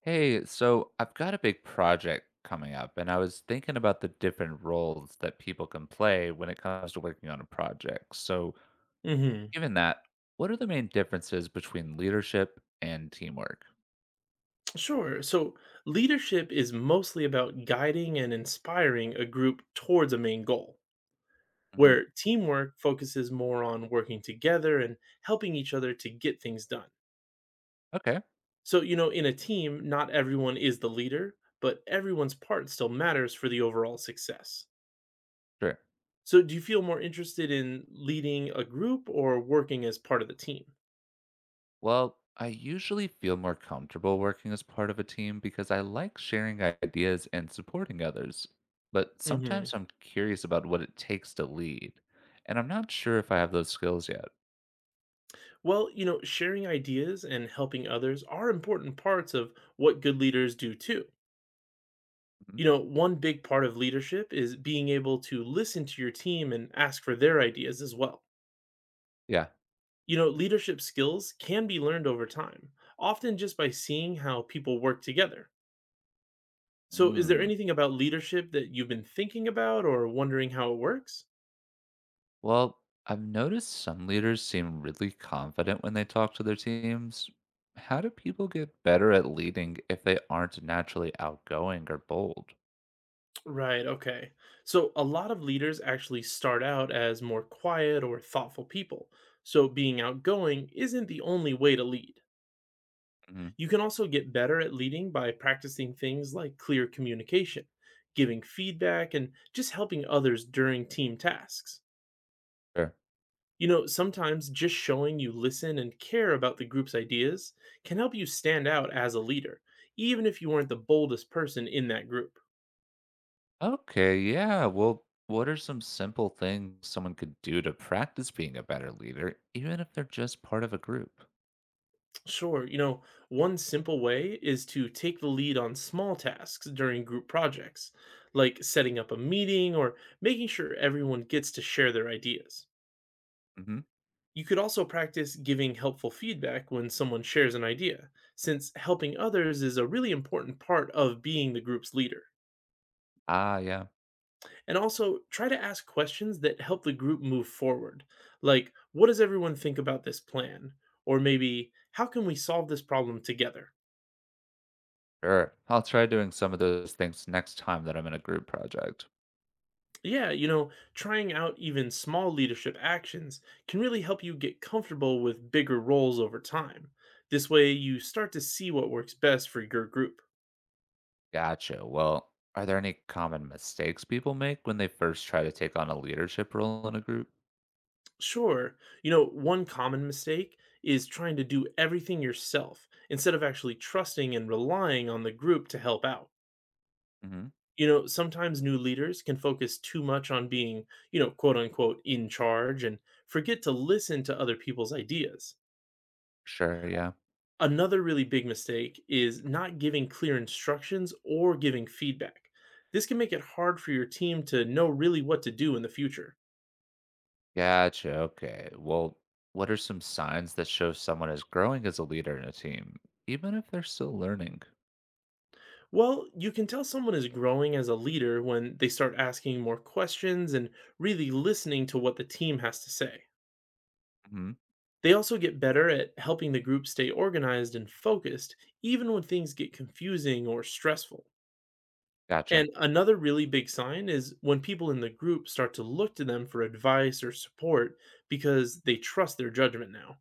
Hey, so I've got a big project coming up, and I was thinking about the different roles that people can play when it comes to working on a project. So, Hmm. given that, what are the main differences between leadership and teamwork? Sure. So leadership is mostly about guiding and inspiring a group towards a main goal, Hmm. where teamwork focuses more on working together and helping each other to get things done. Okay, So, in a team, not everyone is the leader, but everyone's part still matters for the overall success. sure. So, do you feel more interested in leading a group or working as part of the team? Well, I usually feel more comfortable working as part of a team because I like sharing ideas and supporting others. But Hmm. sometimes I'm curious about what it takes to lead, and I'm not sure if I have those skills yet. Well, sharing ideas and helping others are important parts of what good leaders do too. Mhm. One big part of leadership is being able to listen to your team and ask for their ideas as well. Yeah. Leadership skills can be learned over time, often just by seeing how people work together. So, is there Mm. anything about leadership that you've been thinking about or wondering how it works? Well, I've noticed some leaders seem really confident when they talk to their teams. How do people get better at leading if they aren't naturally outgoing or bold? Right, okay. So, a lot of leaders actually start out as more quiet or thoughtful people. So, being outgoing isn't the only way to lead. Hmm. You can also get better at leading by practicing things like clear communication, giving feedback, and just helping others during team tasks. Sure. You know, sometimes just showing you listen and care about the group's ideas can help you stand out as a leader, even if you weren't the boldest person in that group. Okay, yeah. Well, what are some simple things someone could do to practice being a better leader, even if they're just part of a group? Sure, one simple way is to take the lead on small tasks during group projects, like setting up a meeting or making sure everyone gets to share their ideas. Hmm. You could also practice giving helpful feedback when someone shares an idea, since helping others is a really important part of being the group's leader. Ah, yeah, And also, try to ask questions that help the group move forward, like, what does everyone think about this plan? Or maybe, how can we solve this problem together? sure. I'll try doing some of those things next time that I'm in a group project. Yeah, trying out even small leadership actions can really help you get comfortable with bigger roles over time. This way, you start to see what works best for your group. Gotcha. Well, are there any common mistakes people make when they first try to take on a leadership role in a group? Sure. One common mistake is trying to do everything yourself instead of actually trusting and relying on the group to help out. Hmm. You know, sometimes new leaders can focus too much on being, quote unquote, in charge and forget to listen to other people's ideas. Sure, yeah. Another really big mistake is not giving clear instructions or giving feedback. This can make it hard for your team to know really what to do in the future. Gotcha. Okay. Well, what are some signs that show someone is growing as a leader in a team, even if they're still learning? Well, you can tell someone is growing as a leader when they start asking more questions and really listening to what the team has to say. Hmm. They also get better at helping the group stay organized and focused, even when things get confusing or stressful. Gotcha. And another really big sign is when people in the group start to look to them for advice or support because they trust their judgment now.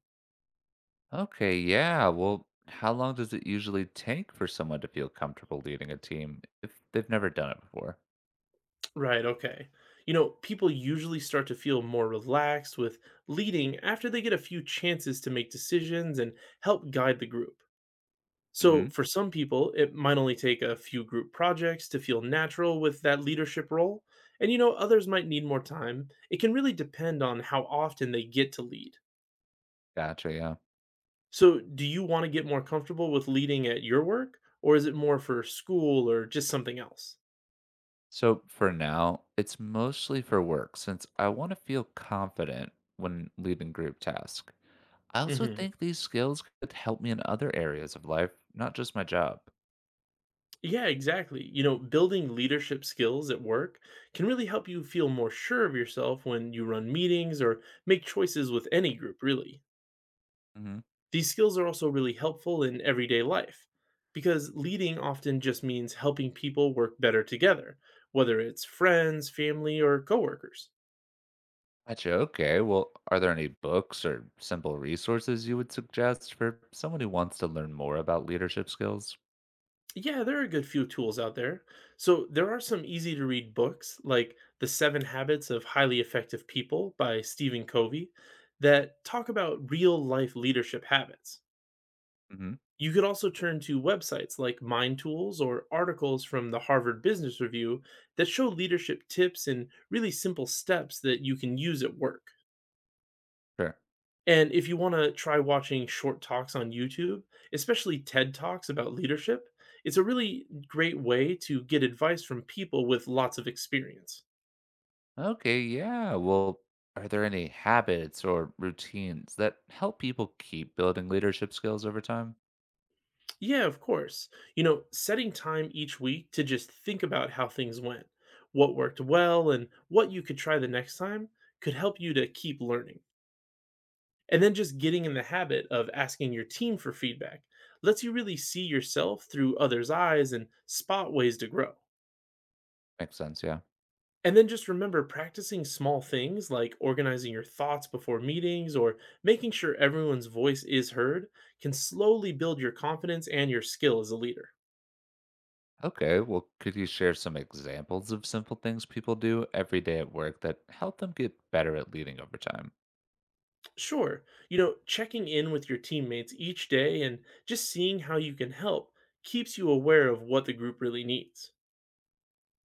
Okay, yeah. Well, how long does it usually take for someone to feel comfortable leading a team if they've never done it before? Right, okay. People usually start to feel more relaxed with leading after they get a few chances to make decisions and help guide the group. So, Hmm. for some people, it might only take a few group projects to feel natural with that leadership role. And, others might need more time. It can really depend on how often they get to lead. Gotcha, yeah. So, do you want to get more comfortable with leading at your work, or is it more for school or just something else? So for now, it's mostly for work since I want to feel confident when leading group tasks. I Mm also hmm. think these skills could help me in other areas of life, not just my job. Yeah, exactly. Building leadership skills at work can really help you feel more sure of yourself when you run meetings or make choices with any group, really. Hmm. These skills are also really helpful in everyday life because leading often just means helping people work better together, whether it's friends, family, or coworkers. Gotcha. Okay. Well, are there any books or simple resources you would suggest for someone who wants to learn more about leadership skills? Yeah, there are a good few tools out there. So there are some easy to read books like The Seven Habits of Highly Effective People by Stephen Covey that talk about real life leadership habits. Hmm. You could also turn to websites like Mind Tools or articles from the Harvard Business Review that show leadership tips and really simple steps that you can use at work. Sure. And if you want to try watching short talks on YouTube, especially TED Talks about leadership, it's a really great way to get advice from people with lots of experience. Okay. Yeah. Well, are there any habits or routines that help people keep building leadership skills over time? Yeah, of course. Setting time each week to just think about how things went, what worked well, and what you could try the next time could help you to keep learning. And then just getting in the habit of asking your team for feedback lets you really see yourself through others' eyes and spot ways to grow. Makes sense. Yeah. And then just remember practicing small things like organizing your thoughts before meetings or making sure everyone's voice is heard can slowly build your confidence and your skill as a leader. Okay, well, could you share some examples of simple things people do every day at work that help them get better at leading over time? Sure, checking in with your teammates each day and just seeing how you can help keeps you aware of what the group really needs.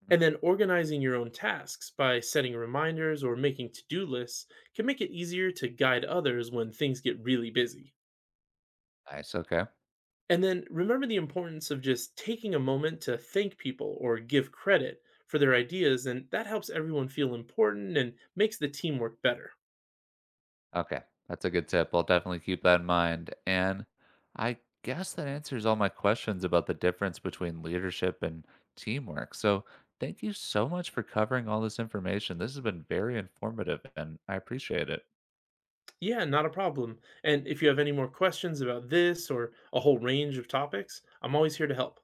Mhm. And then organizing your own tasks by setting reminders or making to do lists can make it easier to guide others when things get really busy. Nice. Okay. And then remember the importance of just taking a moment to thank people or give credit for their ideas, and that helps everyone feel important and makes the teamwork better. Okay. That's a good tip. I'll definitely keep that in mind. And I guess that answers all my questions about the difference between leadership and teamwork. So thank you so much for covering all this information. This has been very informative and I appreciate it. Yeah, not a problem. And if you have any more questions about this or a whole range of topics, I'm always here to help.